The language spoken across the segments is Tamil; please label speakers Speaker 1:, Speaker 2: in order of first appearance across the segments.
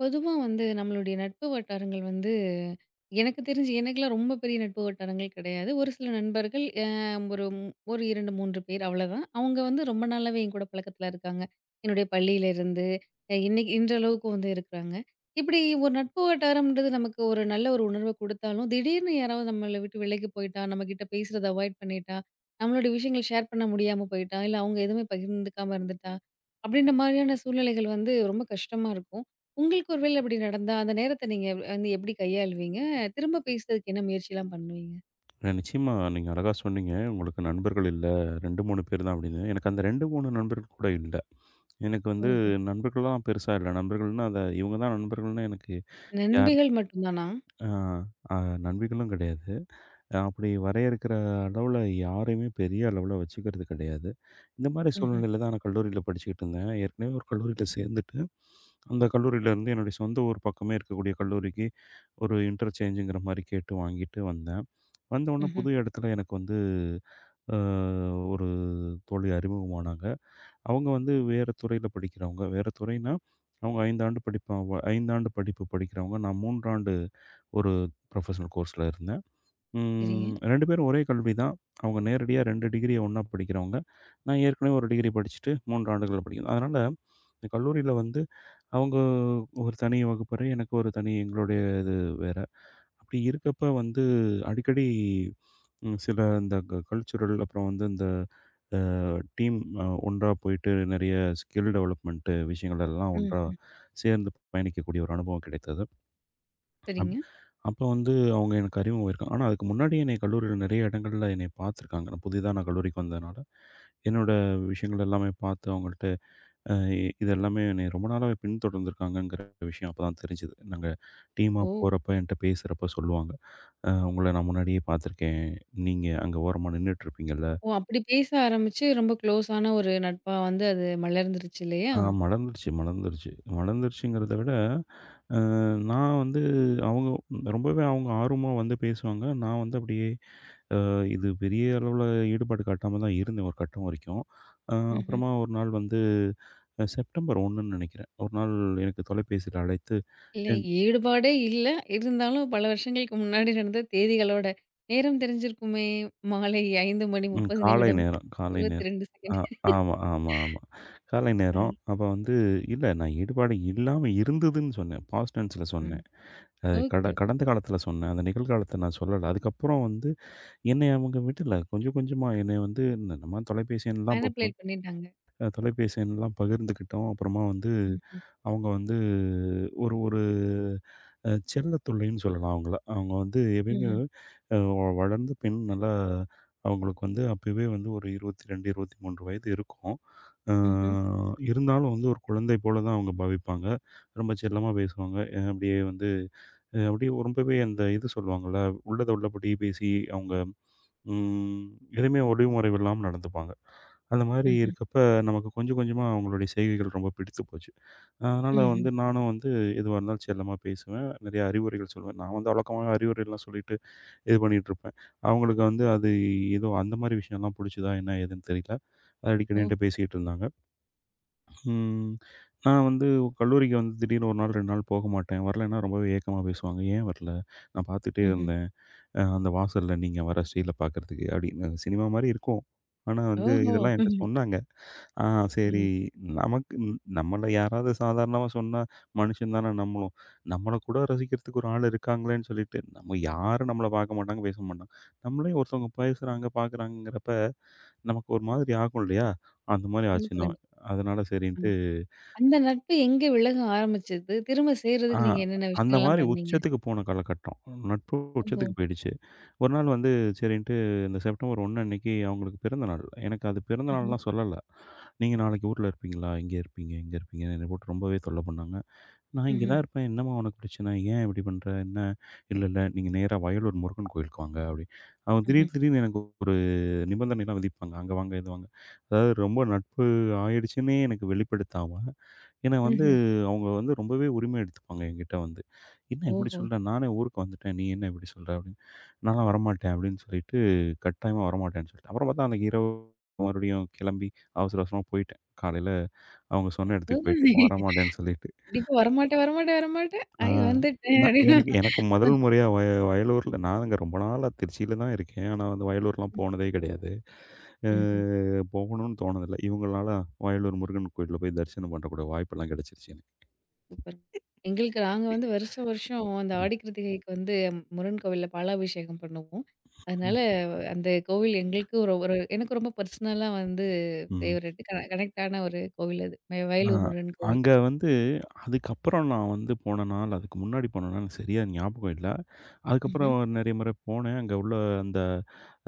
Speaker 1: பொதுவா வந்து நம்மளுடைய நட்பு வட்டாரங்கள் வந்து எனக்கு தெரிஞ்சு எனக்கெல்லாம் ரொம்ப பெரிய நட்பு வட்டாரங்கள் கிடையாது. ஒரு சில நண்பர்கள் ஒரு ஒரு 2, 3 பேர் அவ்வளோதான். அவங்க வந்து ரொம்ப நாளாவே என் கூட பழக்கத்துல இருக்காங்க. என்னுடைய பள்ளியிலேருந்து இன்னைக்கு இன்றளவுக்கும் வந்து இருக்கிறாங்க. இப்படி ஒரு நட்பு வட்டாரம்ன்றது நமக்கு ஒரு நல்ல ஒரு உணர்வ குடுத்தாலும், திடீர்னு யாராவது நம்மள விட்டு விலகி போயிட்டா, நம்மகிட்ட பேசுறத அவாய்ட் பண்ணிட்டா, நம்மளுடைய விஷயங்கள் ஷேர் பண்ண முடியாம போயிட்டா, இல்ல அவங்க எதுவுமே பகிர்ந்துக்காம இருந்துட்டா, அப்படின்ற மாதிரியான சூழ்நிலைகள் வந்து ரொம்ப கஷ்டமா இருக்கும். உங்களுக்கு ஒரு வேளை அப்படி நடந்தா, அந்த நேரத்த நீங்க வந்து எப்படி கையாளுவீங்க? திரும்ப பேசுறதுக்கு என்ன முயற்சிலாம் பண்ணுவீங்க?
Speaker 2: நிச்சயமா நீங்க அழகா சொன்னீங்க. உங்களுக்கு நண்பர்கள் இல்ல. 2, 3 பேர் தான் அப்படின்னு. எனக்கு அந்த 2, 3 நண்பர்கள் கூட இல்ல. எனக்கு வந்து
Speaker 1: ஓஹோ!
Speaker 2: நண்பர்கள்லாம் பெருசா இல்ல. நண்பர்கள்னா அத இவங்க தான் நண்பர்கள்னு எனக்கு யார்
Speaker 1: நண்பிகள் மட்டும் தானா?
Speaker 2: ஆ அ நம்பிகளும் கிடையாது. அப்படி வரையறுக்கிற அளவுல யாரையுமே பெரிய அளவுல வச்சுக்கிறது கிடையாது. இந்த மாரி
Speaker 1: ம்ஹ்ம்,
Speaker 2: சூழ்நிலையில தான் நான் கல்லூரியில படிச்சுக்கிட்டு இருந்தேன். ஏற்கனவே ஒரு கல்லூரியில சேர்ந்துட்டு, அந்த கல்லூரியிலேருந்து என்னுடைய சொந்த ஊர் பக்கமே இருக்கக்கூடிய கல்லூரிக்கு ஒரு இன்டர்சேஞ்சுங்கிற மாரி கேட்டு வாங்கிட்டு வந்தேன். வந்த உடனே
Speaker 1: ம்ஹ்ம்.
Speaker 2: புது இடத்துல எனக்கு வந்து அ ஒரு தோழி அறிமுகமானாங்க. அவங்க வந்து வேற துறையில படிக்கிறவங்க. வேற துறைன்னா, அவங்க 5 ஆண்டு படிப்பாவ 5 ஆண்டு படிப்பு படிக்கிறவங்க. நான் 3 ஆண்டு ஒரு ப்ரொஃபஷனல் கோர்ஸ்ல இருந்தேன்.
Speaker 1: சரிங்க.
Speaker 2: 2 பேரும் ஒரே கல்வி தான். அவங்க நேரடியா 2 டிகிரிய ஒண்ணா படிக்கிறவங்க. நான் ஏற்கனவே 1 டிகிரி படிச்சுட்டு 3 ஆண்டுகள் படிக்கணும். அதனால இந்த கல்லூரியில வந்து அவங்க ஒரு தனி வகுப்பறை, எனக்கு ஒரு தனி எங்களுடைய இது வேற. அப்படி இருக்கப்ப வந்து அடிக்கடி சில இந்த கல்ச்சுரல் அப்புறம் வந்து இந்த அ டீம் ஒன்றா போயிட்டு நிறைய ஸ்கில் டெவலப்மென்ட்டு விஷயங்கள் எல்லாம் ஒன்றா
Speaker 1: ம்.
Speaker 2: சேர்ந்து பயணிக்கக்கூடிய ஒரு அனுபவம் கிடைத்தது. அப்
Speaker 1: சரிங்க.
Speaker 2: அப்போ வந்து அவங்க எனக்கு அறிமுகமாயிருக்காங்க. ஆனா அதுக்கு முன்னாடியே என்னைய கல்லூரியில நிறைய இடங்கள்ல என்னைய பார்த்துருக்காங்க. நான் புதிதா நான் கல்லூரிக்கு வந்ததுனால, என்னோட விஷயங்கள் எல்லாமே பார்த்து அவங்கள்ட்ட அ இது எல்லாமே என்னைய ரொம்ப நாளாவே பின்தொடர்ந்துருக்காங்கங்கிற விஷயம் அப்பதான் தெரிஞ்சது. நாங்க டீமா
Speaker 1: ஓ!
Speaker 2: போறப்ப என்ட்ட பேசுறப்ப சொல்லுவாங்க. உங்கள நான் முன்னாடியே பார்த்துருக்கேன். நீங்க அங்க ஓரமா நின்னுட்டுருப்பீங்கல்ல."
Speaker 1: ஓ! அப்படி பேச ஆரம்பிச்சு ரொம்ப க்ளோஸான ஒரு நட்பா வந்து அது மலர்ந்துருச்சு இல்லையா?
Speaker 2: ஆ, மலர்ந்துருச்சு, மலர்ந்துருச்சு. மலர்ந்துருச்சுங்கிறத விட, அ நான் வந்து அவங்க ரொம்பவே அவங்க ஆர்வமா வந்து பேசுவாங்க. நான் வந்து அப்படியே இது பெரிய அளவுல ஈடுபாடு காட்டாம தான் இருந்தேன் ஒரு கட்டம் வரைக்கும். அ
Speaker 1: ம்ஹ்ம்.
Speaker 2: அப்புறமா ஒரு நாள் வந்து செப்டம்பர் 1ன்னு நெனைக்கிறேன். ஒரு நாள் எனக்கு தொலைபேசியில அழைத்து.
Speaker 1: இல்ல ஈடுபாடே இல்ல. இருந்தாலும் பல வருஷங்களுக்கு முன்னாடி நடந்த தேதிகளோட நேரம் தெரிஞ்சிருக்குமே! மாலை
Speaker 2: ம்.
Speaker 1: 5:30
Speaker 2: காலை
Speaker 1: நிமிடம்
Speaker 2: நேரம், காலை நேரம்.
Speaker 1: 22
Speaker 2: ஆ,
Speaker 1: செகண்ட்.
Speaker 2: ஆமா, ஆமா, ஆமா. காலை நேரம்.
Speaker 1: ம்.
Speaker 2: அப்ப வந்து இல்ல நான் ஈடுபாடு இல்லாம இருந்ததுன்னு சொன்னேன். பாஸ்ட் டென்ஸ்ல
Speaker 1: ம்.
Speaker 2: சொன்னேன். அது
Speaker 1: ஓகே.
Speaker 2: கடந்த காலத்துல சொன்னேன். அந்த நிகழ்காலத்த நான் சொல்லல. அதுக்கப்புறம் வந்து என்னைய அவங்க விடல. கொஞ்சம் கொஞ்சமா என்னைய வந்து நம்ம தொலைபேசி எண்ணலாம்
Speaker 1: மேனிபுலேட் பண்ணிட்டாங்க.
Speaker 2: அ தொலைபேசி எண்லாம் பகிர்ந்துக்கிட்டோம். அப்புறமா வந்து
Speaker 1: ம்ஹ்ம்,
Speaker 2: அவங்க வந்து ஒரு ஒரு செல்லத்துள்ளைன்னு சொல்லலாம் அவங்கள. அவங்க வந்து எப்பயுமே
Speaker 1: ம்ஹ்ம்,
Speaker 2: அ வளர்ந்த பெண் நல்லா அவங்களுக்கு வந்து அப்பவே வந்து ஒரு 22, 23 வயது இருக்கும். அ
Speaker 1: ம்ஹ்ம்.
Speaker 2: இருந்தாலும் வந்து ஒரு குழந்தை போல தான் அவங்க பாவிப்பாங்க. ரொம்ப செல்லமா பேசுவாங்க. அப்படியே வந்து அப்படியே ரொம்பவே அந்த இது சொல்லுவாங்கள்ல, உள்ளத உள்ளபடி பேசி அவங்க ம் எதுவுமே ஒளிவு மறைவு இல்லாம நடந்துப்பாங்க. அந்த மாரி
Speaker 1: ம்ஹ்ம்.
Speaker 2: இருக்கப்ப, நமக்கு கொஞ்சம் கொஞ்சமா அவங்களுடைய செய்கைகள் ரொம்ப பிடித்து போச்சு. அதனால
Speaker 1: ம்ஹ்ம்.
Speaker 2: வந்து நானும் வந்து எதுவா இருந்தாலும் செல்லமா பேசுவேன். நெறைய அறிவுரைகள் சொல்லுவேன். நான் வந்து வழக்கமாவே அறிவுரைலாம் சொல்லிட்டு இது பண்ணிட்டுருப்பேன். அவங்களுக்கு வந்து அது ஏதோ அந்த மாரி விஷயம்லாம் புடிச்சதா என்ன ஏதுன்னு தெரியல. அது அடிக்கடி
Speaker 1: ஓஹோ!
Speaker 2: என்ட்ட பேசிக்கிட்டு இருந்தாங்க. ம். நான் வந்து கல்லூரிக்கு வந்து திடீர்னு 1 நாள் 2 நாள் போக மாட்டேன். வரலன்னா ரொம்பவே ஏக்கமா பேசுவாங்க. "ஏன் வரல? நான் பார்த்துட்டே
Speaker 1: ம்ஹ்ம்.
Speaker 2: இருந்தேன்." அந்த வாசல்ல நீங்க வர ஸ்டைல பார்க்கறதுக்கு அப்படின்னு. சினிமா மாரி இருக்கும். ஆனா வந்து
Speaker 1: ஓஹோ!
Speaker 2: இதெல்லாம் என்ட்ட
Speaker 1: ம்ஹ்ம்.
Speaker 2: சொன்னாங்க. ஆ, சரி.
Speaker 1: ம்.
Speaker 2: நமக்கு நம்மள யாராவது சாதாரணமா சொன்னா, மனுஷன் தானே நம்மளும். நம்மள கூட ரசிக்கிறதுக்கு ஒரு ஆள் இருக்காங்களேன்னு சொல்லிட்டு, நம்ம யாரும் நம்மள பார்க்க மாட்டாங்க, பேச மாட்டாங்க. நம்மளே ஒருத்தவங்க பேசுறாங்க, பார்க்குறாங்கங்கிறப்ப நமக்கு ஒரு மாதிரி ஆகும் இல்லையா? அந்த மாரி
Speaker 1: கண்டிப்பா,
Speaker 2: ஆச்சுன்னா.
Speaker 1: கண்டிப்பா.
Speaker 2: அதனால
Speaker 1: அ.
Speaker 2: சரின்ட்டு.
Speaker 1: அந்த நட்பு எங்க விலக ஆரம்பிச்சது? திரும்ப
Speaker 2: ஆ
Speaker 1: சேர்றதுக்கு நீங்க என்னென்ன
Speaker 2: அந்த
Speaker 1: விஷயங்கள்லாம்
Speaker 2: மாரி
Speaker 1: பண்ணீங்க?
Speaker 2: உச்சத்துக்கு போன காலகட்டம். நட்பு
Speaker 1: ஓஹோ!
Speaker 2: உச்சத்துக்கு போயிடுச்சு. ஒரு நாள் வந்து சரின்ட்டு இந்த செப்டம்பர் 1 அன்னைக்கு அவங்களுக்கு பிறந்த நாள். எனக்கு அது பிறந்த
Speaker 1: ம்ஹ்ம்.
Speaker 2: நாள்லாம் சொல்லல. "நீங்க நாளைக்கு ஊர்ல இருப்பீங்களா? இங்க இருப்பீங்க, இங்க இருப்பீங்கன்னு" என்னை போட்டு ரொம்பவே தொல்ல பண்ணாங்க. நான் இங்க
Speaker 1: ம்ஹ்ம்.
Speaker 2: தான் இருப்பேன். "என்னம்மா உனக்கு பிரச்சனை? ஏன் இப்படி பண்ற? என்ன?" "இல்ல, இல்ல. நீங்க நேரா வயலூர் முருகன் கோயிலுக்கு வாங்க" அப்படி. அவங்க
Speaker 1: ம்ஹ்ம்.
Speaker 2: திடீர் திடீர்னு எனக்கு ஒரு நிபந்தனைலாம் விதிப்பாங்க. "அங்க வாங்க, இது வாங்க." அதாவது ரொம்ப நட்பு ஆயிடுச்சுன்னே எனக்கு வெளிப்படுத்தாம ஏன்னா வந்து,
Speaker 1: ம்ஹ்ம்.
Speaker 2: அவங்க வந்து ரொம்பவே உரிமை எடுத்துப்பாங்க என்கிட்ட வந்து. "என்ன இப்படி
Speaker 1: ஓஹோ!
Speaker 2: சொல்ற? நானே ஊருக்கு வந்துட்டேன். நீ என்ன இப்படி சொல்ற?" அப்படின்னு. "நான்லாம் வரமாட்டேன்" அப்படின்னு சொல்லிட்டு, கட்டாயமா வரமாட்டேன்னு சொல்லிட்டேன். அப்புறம் பார்த்தா அன்னைக்கு இரவு மறுபடியும் கிளம்பி அவசர அவசரமா போயிட்டேன். காலையில அவங்க சொன்ன இடத்துக்கு
Speaker 1: அதாவது
Speaker 2: போயிட்டேன். வரமாட்டேன்னு சொல்லிட்டு.
Speaker 1: கண்டிப்பா வரமாட்டேன், வரமாட்டேன், வரமாட்டேன்.
Speaker 2: ஆ,
Speaker 1: ஐ வந்துட்டேன்.
Speaker 2: நான்
Speaker 1: அப்டின்னு.
Speaker 2: எனக்கு எனக்கு முதல் முறையா வயலூர்ல நான் அங்க ரொம்ப நாளா திருச்சியில தான் இருக்கேன். ஆனா வந்து வயலூர்லாம் போனதே கிடையாது. அ
Speaker 1: ம்ஹ்ம்.
Speaker 2: போகணும்னு தோணுனதில்ல. இவங்களால வயலூர் முருகன் கோயில்ல போய் தரிசனம் பண்ணக்கூடிய வாய்ப்பெல்லாம் கிடைச்சிருச்சு எனக்கு.
Speaker 1: சூப்பர். எங்களுக்கு நாங்க வந்து வருஷம் வருஷம் அந்த
Speaker 2: ம்.
Speaker 1: ஆடி கிருத்திகைக்கு வந்து முருகன் கோவில்ல பாலாபிஷேகம் பண்ணுவோம். அதனால அந்த கோவில் எங்களுக்கு ஒரு ஒரு எனக்கு ரொம்ப பர்சனலா வந்து
Speaker 2: ம்.
Speaker 1: ஃபேவரைட். கன கனெக்ட் ஆன ஒரு கோவில் அது. வ
Speaker 2: ஆ.
Speaker 1: வயலூர் முருகன் கோவில்.
Speaker 2: அங்க வந்து அதுக்கப்புறம் நான் வந்து போன நாள், அதுக்கு முன்னாடி போன நாள் எனக்கு சரியா ஞாபகம் இல்ல.
Speaker 1: ம்ஹ்ம்.
Speaker 2: அதுக்கப்புறம் நெறைய முறை போனேன். அங்க உள்ள அந்த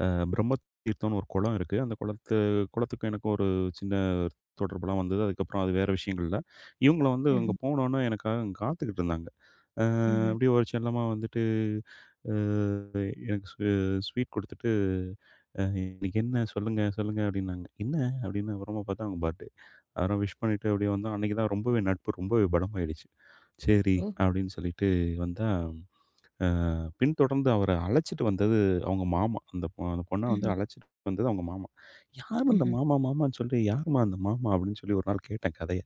Speaker 2: அ பிரம்ம தீர்த்தம்னு ஒரு குளம் இருக்கு. அந்த குளத்துக்கும் எனக்கும் ஒரு சின்ன தொடர்புலாம் வந்தது. அதுக்கப்புறம் அது வேற விஷயங்கள்ல. இவங்கள வந்து அங்க
Speaker 1: ம்ஹ்ம்.
Speaker 2: போனோனே எனக்காக அங்க காத்துக்கிட்டு இருந்தாங்க. அ
Speaker 1: ம்ஹ்ம்.
Speaker 2: அப்படியே ஒரு செல்லமா வந்துட்டு அ எனக்கு ஸ்வீட் குடுத்துட்டு, இன்னைக்கு என்ன? சொல்லுங்க, சொல்லுங்க" அப்படின்னாங்க. "என்ன?" அப்படின்னு அப்புறமா பார்த்தா அவங்க பர்த்டே. அதெல்லாம் விஷ் பண்ணிட்டு அப்படியே வந்தோம். அன்னைக்கு தான் ரொம்பவே நட்பு ரொம்பவே பலமாயிடுச்சு. சரி
Speaker 1: ஓ!
Speaker 2: அப்படின்னு சொல்லிட்டு வந்தா, பின்தொடர்ந்து அவர அழைச்சிட்டு வந்தது அவங்க மாமா. அந்த அந்த பொண்ண வந்து
Speaker 1: ம்ஹ்ம்.
Speaker 2: அழைச்சிட்டு வந்தது அவங்க மாமா. யார் அந்த
Speaker 1: ம்ஹ்ம்.
Speaker 2: மாமா மாமான்னு சொல்லி, யாரும்மா அந்த மாமா அப்படின்னு சொல்லி ஒரு நாள் கேட்டேன் கதைய.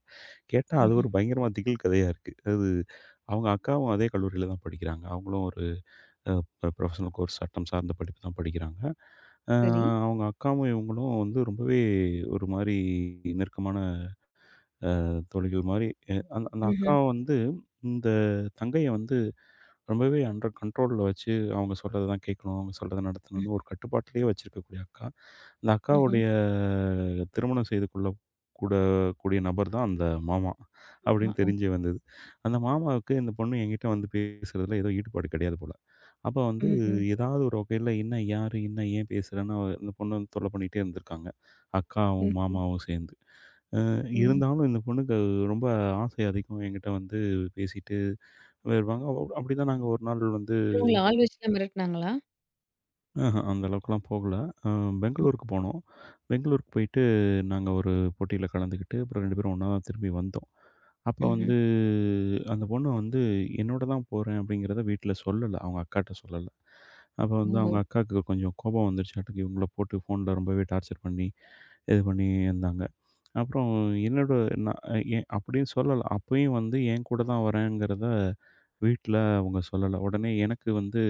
Speaker 2: கேட்டா அது
Speaker 1: ம்ஹ்ம்.
Speaker 2: ஒரு பயங்கரமா திகில் கதையா இருக்கு. அது அவங்க அக்காவும் அதே கல்லூரியில தான் படிக்கிறாங்க. அவங்களும் ஒரு அ ப்ரொஃபஷனல் கோர்ஸ் சட்டம் சார்ந்த படிப்பு தான் படிக்கிறாங்க. அ
Speaker 1: சரி.
Speaker 2: அவங்க அக்காவும் இவங்களும் வந்து ரொம்பவே ஒரு மாரி நெருக்கமான தோழிகள் மாரி அந்த அந்த அக்கா
Speaker 1: ம்ஹ்ம்.
Speaker 2: வந்து இந்த தங்கைய வந்து ரொம்பவே அண்டர் கண்ட்ரோல்ல வச்சு, அவங்க சொல்றத தான் கேட்கணும், அவங்க சொல்றத
Speaker 1: ம்.
Speaker 2: நடத்தணும்னு ஒரு கட்டுப்பாட்டிலேயே வச்சிருக்கக்கூடிய அக்கா. அந்த
Speaker 1: ம்ஹ்ம்.
Speaker 2: அக்காவுடைய திருமணம் செய்து கொள்ள கூட கூடிய நபர் தான் அந்த மாமா
Speaker 1: ஆமா.
Speaker 2: அப்படின்னு
Speaker 1: ஓ!
Speaker 2: தெரிஞ்சு வந்தது. அந்த மாமாவுக்கு இந்த பொண்ணு என்கிட்ட வந்து பேசுறதுல ஏதோ ஈடுபாடு கிடையாது போல. அப்ப வந்து
Speaker 1: ம்ஹ்ம்.
Speaker 2: ஏதாவது ஒரு வகையில என்ன யாரு, என்ன ஏன் பேசுறன்னு, அந்த பொண்ணு வந்து தொல்லை பண்ணிட்டே இருந்திருக்காங்க. அக்காவும்,
Speaker 1: ம்.
Speaker 2: மாமாவும் சேர்ந்து.
Speaker 1: ம்.
Speaker 2: இருந்தாலும் இந்த பொண்ணுக்கு ரொம்ப ஆசை அதிகம் என்கிட்ட வந்து பேசிட்டு வருவாங்க. அப்படிதான் நாங்க ஒரு நாள் வந்து
Speaker 1: அப்புறம் உங்கள ஆள் வச்சுலாம் மிரட்டுனாங்களா?
Speaker 2: அந்த அளவுக்குலாம் போகல. அ
Speaker 1: ம்.
Speaker 2: பெங்களூருக்கு போனோம். பெங்களூருக்கு போயிட்டு நாங்க ஒரு போட்டியில கலந்துக்கிட்டு, அப்புறம் 2 பேரும் ஒண்ணா தான் திரும்பி வந்தோம். அப்ப
Speaker 1: ம்ஹ்ம்.
Speaker 2: வந்து அந்த பொண்ணு வந்து என்னோட தான் போறேன் அப்படிங்கிறத வீட்ல சொல்லல. அவங்க அக்காட்ட சொல்லல. அப்ப வந்து
Speaker 1: ஓஹோ!
Speaker 2: அவங்க அக்காவுக்கு கொஞ்சம் கோபம் வந்துருச்சாட்டுக்கு, இவங்கள போட்டு ஃபோன்ல ரொம்பவே டார்ச்சர் பண்ணி, இது பண்ணி இருந்தாங்க. அப்புறம் என்னோட நான் ஏன் அப்படின்னு சொல்லலாம். அப்பயும் வந்து என் கூட தான் வரேங்கிறத வீட்ல அவங்க சொல்லல. உடனே எனக்கு வந்து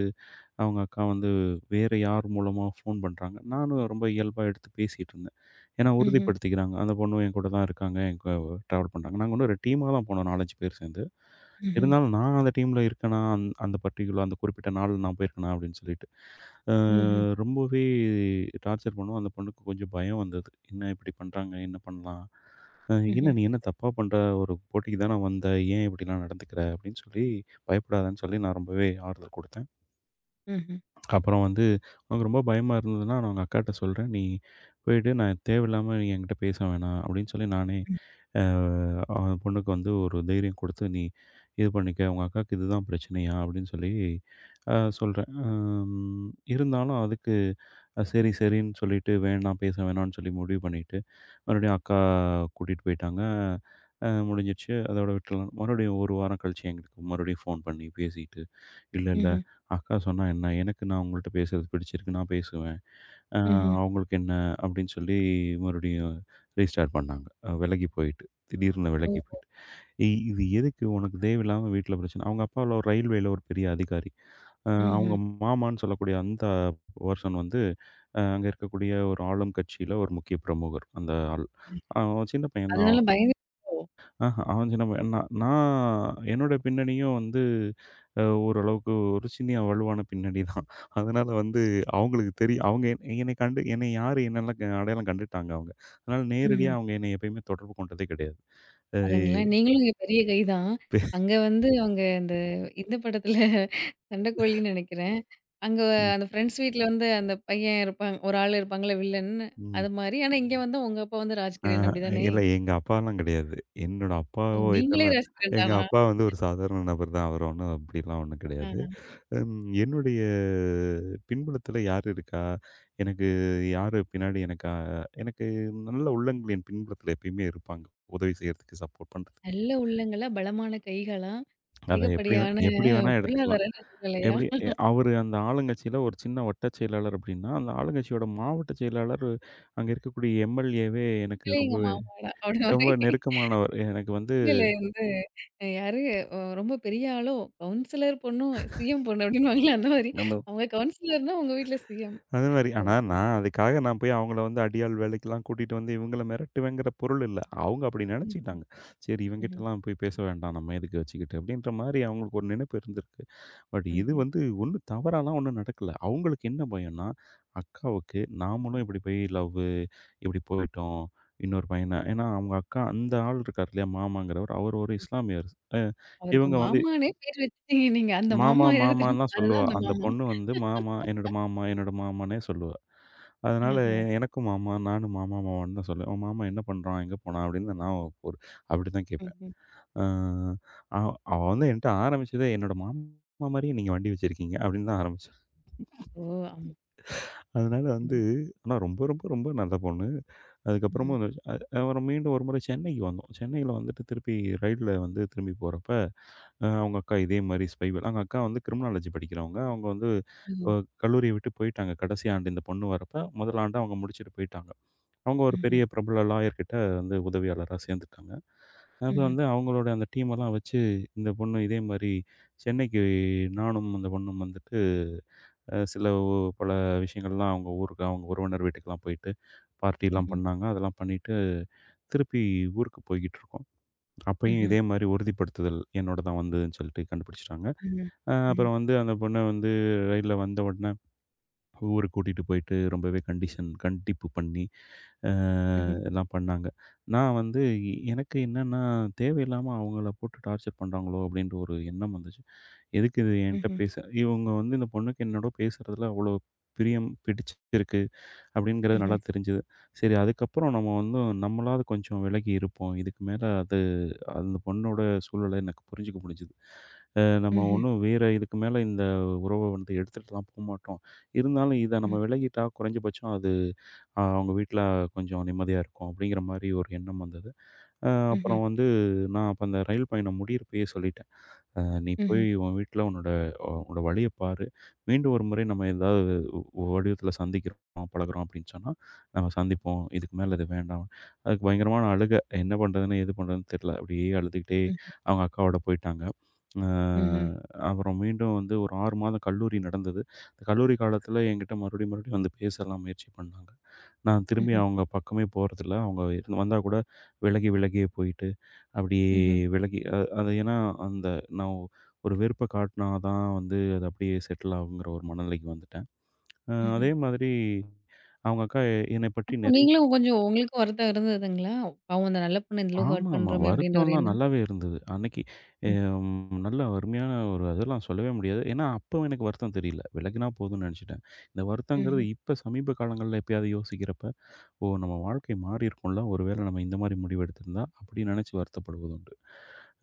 Speaker 2: அவங்க அக்கா வந்து வேற யார் மூலமா ஃபோன் பண்றாங்க. நானும் ரொம்ப இயல்பா எடுத்து பேசிட்டு இருந்தேன். ஏன்னா
Speaker 1: ம்ஹ்ம்.
Speaker 2: உறுதிப்படுத்திக்கிறாங்க. அந்த பொண்ணும் என் கூட தான் இருக்காங்க. என் கூட ட்ராவல் பண்றாங்க. நாங்க இன்னும் ஒரு டீமா தான் போனோம் 4, 5 பேர் சேர்ந்து.
Speaker 1: ம்ஹ்ம்.
Speaker 2: இருந்தாலும் நான் அந்த டீம்ல இருக்கேனா, அந்த பர்ட்டிகுலர் அந்த குறிப்பிட்ட நாள் நான் போயிருக்கேனா அப்படின்னு சொல்லிட்டு. அ
Speaker 1: ம்ஹ்ம்.
Speaker 2: ரொம்பவே டார்ச்சர் பண்ணுவோம். அந்த பொண்ணுக்கு கொஞ்சம் பயம் வந்தது. என்ன இப்படி பண்றாங்க? என்ன பண்ணலாம்? அ "என்ன
Speaker 1: ம்ஹ்ம்.
Speaker 2: நீ என்ன தப்பா பண்ற? ஒரு போட்டிக்கு தான வந்த. ஏன் இப்படிலாம் நடந்துக்கிற?" அப்படின்னு சொல்லி, "பயப்படாதன்னு" சொல்லி நான் ரொம்பவே ஆறுதல் குடுத்தேன்.
Speaker 1: ம்ஹ்ம்.
Speaker 2: அப்புறம் வந்து "உனக்கு ரொம்ப பயமா இருந்ததுன்னா, நான் உங்க அக்காட்ட சொல்றேன். நீ போயிட்டு நான் தேவையில்லாம நீ என்கிட்ட பேச வேணாம்" அப்படின்னு சொல்லி நானே அ அவன் பொண்ணுக்கு வந்து ஒரு தைரியம் குடுத்து, "நீ இது பண்ணிக்க. உங்க அக்காவுக்கு இதுதான் பிரச்சனையா?" அப்படின்னு சொல்லி அ சொல்றேன். இருந்தாலும் அதுக்கு அ சரி, சரின்னு சொல்லிட்டு, வேணாம் பேச வேணாம்னு சொல்லி முடிவு பண்ணிட்டு, மறுபடியும் அக்கா கூட்டிட்டு போயிட்டாங்க. அ முடிஞ்சிடுச்சு. அதோட விட்டுறலாம். மறுபடியும் 1 வாரம் கழிச்சு எங்களுக்கு மறுபடியும் ஃபோன் பண்ணி பேசிட்டு, "இல்ல, இல்ல.
Speaker 1: ம்ஹ்ம்.
Speaker 2: அக்கா சொன்னா என்ன? எனக்கு நான் உங்கள்ட்ட பேசுறது பிடிச்சிருக்கு. நான் பேசுவேன். அ
Speaker 1: ம்ஹ்ம்.
Speaker 2: அவங்களுக்கு என்ன?" அப்படின்னு சொல்லி மறுபடியும் ரீஸ்டார்ட் பண்ணாங்க. அ விலகி போயிட்டு. திடீர்னு விலகி
Speaker 1: ஓஹோ!
Speaker 2: போயிட்டு. "ஏய் இது எதுக்கு உனக்கு தேவையில்லாம வீட்ல பிரச்சனை." அவங்க அப்பாவுல ஒரு ரயில்வேல ஒரு பெரிய அதிகாரி. அ அவங்க
Speaker 1: ம்ஹ்ம்.
Speaker 2: மாமான்னு சொல்லக்கூடிய அந்த வெர்ஷன் வந்து அ அங்க இருக்கக்கூடிய ஒரு ஆளும் கட்சியில ஒரு முக்கிய பிரமுகர் அந்த ஆள். அவன் சின்ன பையன் தான்
Speaker 1: அதனால
Speaker 2: அவன்.
Speaker 1: பயந்து ஓ!
Speaker 2: ஆஹா அவன் சின்ன பையன். நான் நான் என்னோட பின்னணியும் வந்து அ ஓரளவுக்கு ஒரு சின்ன வலுவான பின்னணி தான். அதனால வந்து அவங்களுக்கு தெரியும். அவங்க என்னை என்னை கண்டு என்னை யாரு என்னெல்லாம் அடையாளம் கண்டுட்டாங்க அவங்க. அதனால
Speaker 1: ம்ஹ்ம்.
Speaker 2: நேரடியா அவங்க என்னை எப்பயுமே தொடர்பு கொண்டதே கிடையாது. அ
Speaker 1: பாருங்களேன். நீங்களும் இங்க பெரிய கை தான். அங்க வந்து அவங்க அந்த இந்த படத்துல சண்டைக்கோழின்னு நெனைக்கிறேன். அங்க
Speaker 2: ம்,
Speaker 1: அந்த ஃப்ரெண்ட்ஸ் வீட்ல வந்து அந்த பையன் இருப்பான். ஒரு ஆள் இருப்பாங்கல்ல வில்லன்னு.
Speaker 2: ம்.
Speaker 1: அது மாரி. ஆனா இங்க வந்து உங்க அப்பா வந்து
Speaker 2: ஆ,
Speaker 1: ராஜ்கிரண் அப்டிதானே?
Speaker 2: இல்ல எங்க அப்பாலாம் கிடையாது. என்னோட
Speaker 1: ஓ!
Speaker 2: அப்பாவோ
Speaker 1: நீங்களே
Speaker 2: இதெல்லாம்
Speaker 1: ராஜ்கிரண்
Speaker 2: எங்க
Speaker 1: தானா?
Speaker 2: அப்பா வந்து ஒரு சாதாரண நபர் தான். அவர் ஒண்ணும் அப்படிலாம் ஒண்ணும்
Speaker 1: ஆ.
Speaker 2: கிடையாது. என்னுடைய பின்புலத்துல யார் இருக்கா? எனக்கு யாரு பின்னாடி எனக்கா எனக்கு நல்ல உள்ளங்கள் என் பின்புலத்துல எப்பயுமே இருப்பாங்க. உதவி செய்றதுக்கு, சப்போர்ட் பண்றதுக்கு.
Speaker 1: நல்ல உள்ளங்களா, பலமான கைகளா,
Speaker 2: அத எப்படி
Speaker 1: அதிகப்படியான
Speaker 2: எப்படி வேணா எடுத்துக்கலாம்.
Speaker 1: பொருளாதார சூழ்நிலையா,
Speaker 2: எப்படி அவரு அந்த ஆளுங்கட்சியில ஒரு சின்ன வட்டச் செயலாளர் அப்படின்னா, அந்த ஆளுங்கட்சியோட மாவட்ட செயலாளர் அங்க இருக்கக்கூடிய எம்.எல்.ஏ.வே எனக்கு
Speaker 1: உண்மையிலே
Speaker 2: ரொம்ப
Speaker 1: எங்க மாமாடா! அப்டி மாரி.
Speaker 2: ரொம்ப நெருக்கமானவர். எனக்கு வந்து
Speaker 1: இல்ல, இல்ல. வந்து யாரு அ ரொம்ப பெரிய ஆளோ, கவுன்சிலர் பொண்ணும், சிஎம் பொண்ணு அப்படின்னுவாங்கல்ல அந்த மாதிரி.
Speaker 2: அந்த
Speaker 1: அவங்க கவுன்சிலர்னா உங்க வீட்ல சிஎம்.
Speaker 2: அதே மாரி. ஆனா
Speaker 1: ஓகே.
Speaker 2: நான் அதுக்காக நான் போய் அவங்கள வந்து அடியாள் வேலைக்கெல்லாம் கூட்டிட்டு வந்து இவங்கள மிரட்டுவேங்கிற பொருள் இல்ல. அவங்க அப்படி
Speaker 1: ம்.
Speaker 2: நெனச்சுக்கிட்டாங்க. சரி
Speaker 1: ம்ஹ்ம்.
Speaker 2: இவங்கிட்டலாம் போய் பேச வேண்டாம். நம்ம எதுக்கு வச்சுக்கிட்டு அப்படின்ற மாரி அவங்களுக்கு ஒரு நினைப்பு இருந்திருக்கு. பட் இது
Speaker 1: ம்ஹ்ம்.
Speaker 2: வந்து ஒண்ணும் தவறாலாம் ஒண்ணும் நடக்கல. அவங்களுக்கு என்ன பயம்னா, அக்காவுக்கு நாமளும் இப்படி போய் லவ்வு இப்படி போயிட்டோம். இன்னொரு பையன ஏன்னா அவங்க அக்கா அந்த ஆள் இருக்கார் இல்லையா மாமாங்கிறவர். அவர் ஒரு இஸ்லாமியர். அ
Speaker 1: அவருக்கு
Speaker 2: இவங்க வந்து
Speaker 1: மாமான்னே பேர் வச்சுட்டீங்க நீங்க. அந்த
Speaker 2: மாமா,
Speaker 1: மாமா யாரு தெரியுமா?
Speaker 2: மாமான்னு தான்
Speaker 1: அதுதான்
Speaker 2: சொல்லுவா.
Speaker 1: அந்த
Speaker 2: அந்த
Speaker 1: மாமா.
Speaker 2: பொண்ணு வந்து மாமா, என்னோட மாமா, என்னோட மாமான்னே சொல்லுவா. அதனால
Speaker 1: ஆஹா.
Speaker 2: எனக்கும் மாமா, நானும் மாமா, மாமான்னு தான் சொல்லுவேன். "உன் மாமா என்ன பண்றான்? எங்க போனான்?" அப்படின்னு நான் ஒரு அப்படிதான் கேட்பேன்.
Speaker 1: ம்ஹ்ம்.
Speaker 2: அ அவ அவ வந்து என்ட்ட ஆரம்பிச்சதே, "என்னோட மாமா மாரியே நீங்க வண்டி வச்சிருக்கீங்க" அப்படின்னு தான் ஆரம்பிச்சா.
Speaker 1: ஓ! ஆமா. சரி,
Speaker 2: அதனால
Speaker 1: சரி.
Speaker 2: வந்து
Speaker 1: ம்ஹ்ம்.
Speaker 2: ஆனா ரொம்ப ரொம்ப ரொம்ப நல்ல பொண்ணு. அதுக்கப்புறமும் வந்து அ அப்புறம் மீண்டும் ஒரு முறை சென்னைக்கு வந்தோம். சென்னையில வந்துட்டு திருப்பி ரயில்ல வந்து திரும்பி போறப்ப அ அவங்க அக்கா இதே மாரி ஸ்பைவேல் அவங்க அக்கா வந்து கிரிமினாலஜி படிக்கிறவங்க. அவங்க வந்து
Speaker 1: ம்ஹ்ம்.
Speaker 2: அ கல்லூரிய விட்டு போயிட்டாங்க. கடைசி ஆண்டு இந்த பொண்ணு வரப்ப, முதல் ஆண்டு அவங்க முடிச்சுட்டு போயிட்டாங்க. அவங்க ஒரு
Speaker 1: ம்ஹ்ம்.
Speaker 2: பெரிய பிரபல லாயர் கிட்ட வந்து உதவியாளரா சேர்ந்துட்டாங்க. அப்ப
Speaker 1: ம்ஹ்ம்.
Speaker 2: வந்து அவங்களோட அந்த டீம் எல்லாம் வச்சு, இந்த பொண்ணு இதே மாரி சென்னைக்கு நானும் அந்த பொண்ணும் வந்துட்டு, அ சில ஒ பல விஷயங்கள்லாம் அவங்க ஊருக்கு அவங்க உறவினர் வீட்டுக்கெல்லாம் போயிட்டு, பார்ட்டிலாம்
Speaker 1: ம்ஹ்ம்.
Speaker 2: பண்ணாங்க. அதெல்லாம் பண்ணிட்டு, திருப்பி ஊருக்கு போய்க்கிட்டுருக்கோம். அப்பயும்
Speaker 1: ம்ஹ்ம்.
Speaker 2: இதே மாரி உறுதிப்படுத்துதல் என்னோடதான் வந்ததுன்னு சொல்லிட்டு கண்டுபிடிச்சுட்டாங்க.
Speaker 1: ம்ஹ்ம்.
Speaker 2: அ
Speaker 1: ம்ஹ்ம்.
Speaker 2: அப்புறம் வந்து அந்த பொண்ண வந்து ரயில்ல வந்த உடனே ஊருக்கு கூட்டிட்டு போயிட்டு ரொம்பவே கண்டிப்பு பண்ணி, அ
Speaker 1: ம்ஹ்ம்.
Speaker 2: எல்லாம் பண்ணாங்க. நான் வந்து எனக்கு என்னன்னா, தேவையில்லாம அவங்கள போட்டு டார்ச்சர் பண்றாங்களோ அப்படின்ற ஒரு எண்ணம் வந்துச்சு. எதுக்கு இது என்ட்ட
Speaker 1: ம்ஹ்ம்.
Speaker 2: பேச இவங்க வந்து இந்த பொண்ணுக்கு என்னோட பேசுறதுல அவ்வளோ பிரியம் பிடிச்சிருக்கு
Speaker 1: ம்ஹ்ம்.
Speaker 2: அப்படிங்கிறது நல்லா
Speaker 1: ம்ஹ்ம்.
Speaker 2: தெரிஞ்சது. சரி அதுக்கப்புறம் நம்ம வந்து நம்மளாவது கொஞ்சம் விலகி இருப்போம். இதுக்கு மேல அது அந்த பொண்ணோட சூழல எனக்கு புரிஞ்சுக்க முடிஞ்சுது. அ நம்ம
Speaker 1: ம்ஹ்ம்.
Speaker 2: ஒண்ணும் வேற இதுக்கு மேல இந்த உறவ வந்து எடுத்துட்டுலாம் போமாட்டோம். இருந்தாலும் இத
Speaker 1: ம்.
Speaker 2: நம்ம விலகிட்டா குறைஞ்சபட்சம் அது அ அவங்க வீட்ல கொஞ்சம் நிம்மதியா இருக்கும். அப்படிங்கிற மாரி ஒரு எண்ணம் வந்தது. அ
Speaker 1: ம்ஹ்ம்.
Speaker 2: அப்புறம் வந்து நான் அப்ப அந்த ரயில் பயணம் முடியிறப்பயே சொல்லிட்டேன். அ "நீ போய்
Speaker 1: ம்ஹ்ம்.
Speaker 2: உன் வீட்ல உன்னோட அ உன்னோட வழிய பாரு. மீண்டும் ஒரு முறை நம்ம ஏதாவது வடிவத்தில சந்திக்கிறோம், பழகுறோம்" அப்படின்னு சொன்னா, நம்ம சந்திப்போம். இதுக்கு மேல இது வேண்டாம். அதுக்கு பயங்கரமான அழுக. என்ன பண்ணுறதுன்னு, ஏது பண்ணுறதுன்னு தெரியல. அப்படியே அழுதுகிட்டே
Speaker 1: ம்.
Speaker 2: அவங்க அக்காவோட போயிட்டாங்க. அ
Speaker 1: ம்ஹ்ம்.
Speaker 2: அப்புறம் மீண்டும் வந்து ஒரு 6 மாதம் கல்லூரி நடந்தது. அந்த கல்லூரி காலத்தில என்கிட்ட மறுபடியும் மறுபடியும் வந்து பேசலாம் முயற்சி பண்ணாங்க. நான் திரும்பி
Speaker 1: ம்ஹ்ம்.
Speaker 2: அவங்க பக்கமே போறதில்ல. அவங்க வந்தா கூட விலகி விலகியே போயிட்டு, அப்படியே
Speaker 1: ம்ஹ்ம்.
Speaker 2: விலகி அ அது ஏன்னா, அந்த நான் ஒரு வெறுப்ப காட்டுனா தான் வந்து அது அப்படியே செட்டில் ஆகுங்கிற ஒரு மனநிலைக்கு வந்துட்டேன். அ அதே
Speaker 1: ம்ஹ்ம்.
Speaker 2: மாதிரி அவங்க அக்கா என்னை பற்றி
Speaker 1: அப்போ
Speaker 2: நிறைய
Speaker 1: நீங்களும் கொஞ்சம் உங்களுக்கும் வருத்தம் இருந்ததுங்களா? பாவம் அந்த நல்ல பொண்ண இந்த அளவு ஹர்ட்
Speaker 2: ஆமாமா.
Speaker 1: பண்றோமே அப்டின்ற ஒரு
Speaker 2: வருத்தம்லாம்
Speaker 1: எண்ணம்.
Speaker 2: நல்லாவே இருந்தது. அன்னைக்கு அ
Speaker 1: ம்.
Speaker 2: நல்ல அருமையான ஒரு அதெல்லாம் சொல்லவே முடியாது. ஏன்னா, அப்போ எனக்கு வருத்தம் தெரியல. விலகினா போதும்னு நெனச்சுட்டேன். இந்த வருத்தங்கிறது
Speaker 1: ம்ஹ்ம்.
Speaker 2: இப்ப சமீப காலங்கள்ல எப்பயாவது யோசிக்கிறப்ப, "ஓ! நம்ம வாழ்க்கை மாறி இருக்கும்ல. ஒருவேளை நம்ம இந்த மாரி முடிவு எடுத்திருந்தா" அப்படி நெனச்சு வருத்தப்படுவது உண்டு.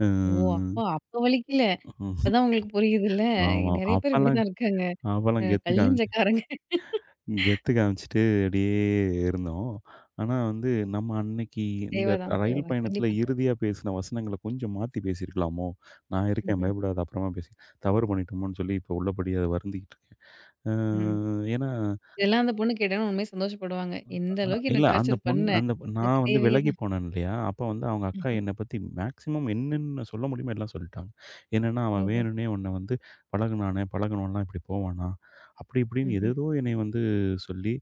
Speaker 2: அ
Speaker 1: ஓ! அப்போ அப்ப வலிக்கல.
Speaker 2: ம்.
Speaker 1: இப்பதான் உங்களுக்கு புரியுதுல்ல.
Speaker 2: ஆமா.
Speaker 1: நெறைய பேர்
Speaker 2: அப்பலாம்
Speaker 1: இப்டிதான் இருக்காங்க. அ
Speaker 2: அப்பலாம்
Speaker 1: கல்
Speaker 2: கெத்துக்காம
Speaker 1: நெஞ்சக்காரங்க.
Speaker 2: கெத்து காமிச்சுட்டு அப்படியே இருந்தோம். ஆனா வந்து, நம்ம அன்னைக்கு இந்த
Speaker 1: தேவதான்
Speaker 2: ரயில்
Speaker 1: தேவதான்.
Speaker 2: பயணத்தில
Speaker 1: கண்டிப்பா தேவ.
Speaker 2: இறுதியா பேசின வசனங்கள கொஞ்சம் மாத்தி பேசியிருக்கலாமோ? நான் இருக்கேன்
Speaker 1: ம்ஹ்ம்.
Speaker 2: பயப்படாத அப்புறமா பேசி தவறு பண்ணிட்டோமோன்னு சொல்லி இப்போ உள்ளபடி அத வருந்திக்கிட்டு இருக்கேன்.
Speaker 1: ம்.
Speaker 2: அ ஏன்னா
Speaker 1: இதெல்லாம் அந்த பொண்ணு கேட்டோனே உண்மையா சந்தோஷப்படுவாங்க. இந்த
Speaker 2: அ
Speaker 1: அளவுக்கு என்ன
Speaker 2: இல்ல அந்த
Speaker 1: டார்ச்சர்
Speaker 2: பொண்ணு
Speaker 1: பண்ண.
Speaker 2: அந்த
Speaker 1: உனக்கு
Speaker 2: நான் வந்து
Speaker 1: தேவையே
Speaker 2: விலகி
Speaker 1: தான்.
Speaker 2: போனேன் இல்லையா? அப்ப வந்து அவங்க அக்கா
Speaker 1: ஆஹ.
Speaker 2: என்ன பத்தி மேக்ஸிமம் என்னென்ன சொல்ல முடியுமோ எல்லாம் சொல்லிட்டாங்க. என்னன்னா, "அவன்
Speaker 1: ஓஹோ!
Speaker 2: வேணும்னே உன்ன வந்து பழகுனானே, பழகுனவன்லாம் இப்படி போவானா?" அப்படி இப்படின்னு
Speaker 1: ம்ஹ்ம்.
Speaker 2: ஏதேதோ என்னைய வந்து சொல்லி,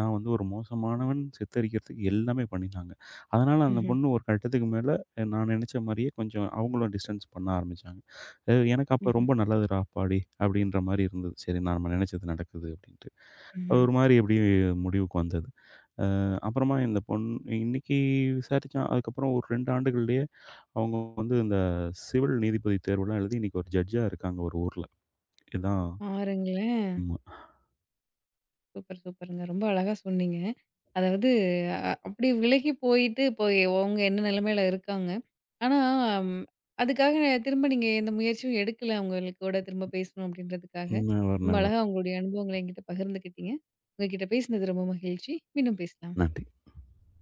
Speaker 2: நான் வந்து ஒரு மோசமானவன் சித்தரிக்கிறதுக்கு எல்லாமே பண்ணினாங்க. அதனால அந்த
Speaker 1: ம்ஹ்ம்.
Speaker 2: பொண்ணு ஒரு கட்டத்துக்கு மேல நான் நெனச்ச மாரியே கொஞ்சம் அவங்களும் டிஸ்டன்ஸ் பண்ண ஆரம்பிச்சாங்க. அ எனக்கு அப்ப
Speaker 1: ம்ஹ்ம்.
Speaker 2: ரொம்ப நல்லதுடா அப்பாடி! அப்படின்ற மாரி இருந்தது. சரி நாம நெனச்சது நடக்குது அப்படின்ட்டு.
Speaker 1: ம்ஹ்ம்.
Speaker 2: ஒரு மாரி எப்படியும் முடிவுக்கு வந்தது. அப்புறமா இந்த இன்னைக்கு விசாரிச்சா அதுக்கப்புறம் ஒரு 2 ஆண்டுகள்லயே அவங்க வந்து இந்த சிவில் நீதிபதி தேர்வுலாம் எழுதி, இன்னைக்கு ஒரு ஜட்ஜா இருக்காங்க ஒரு ஊர்ல. இதான்
Speaker 1: பாருங்களேன்!
Speaker 2: உண்ம.
Speaker 1: சூப்பர், சூப்பருங்க. ரொம்ப அழகா சொன்னீங்க. அதாவது அ அப்படி விலகி போயிட்டு, இப்போ எ- அவங்க என்ன நிலைமையில இருக்காங்க. ஆனா, ம் அதுக்காக திரும்ப நீங்க எந்த முயற்சியும் எடுக்கல, அவங்களுக்கூட திரும்ப பேசணும் அப்படின்றதுக்காக.
Speaker 2: நெவர்,
Speaker 1: ரொம்ப
Speaker 2: நெவர்.
Speaker 1: அழகா உங்களுடைய அனுபவங்கள என்கிட்ட பகிர்ந்துக்கிட்டீங்க. உங்ககிட்ட பேசினது ரொம்ப மகிழ்ச்சி. மீண்டும் பேசலாம்.
Speaker 2: நன்றி.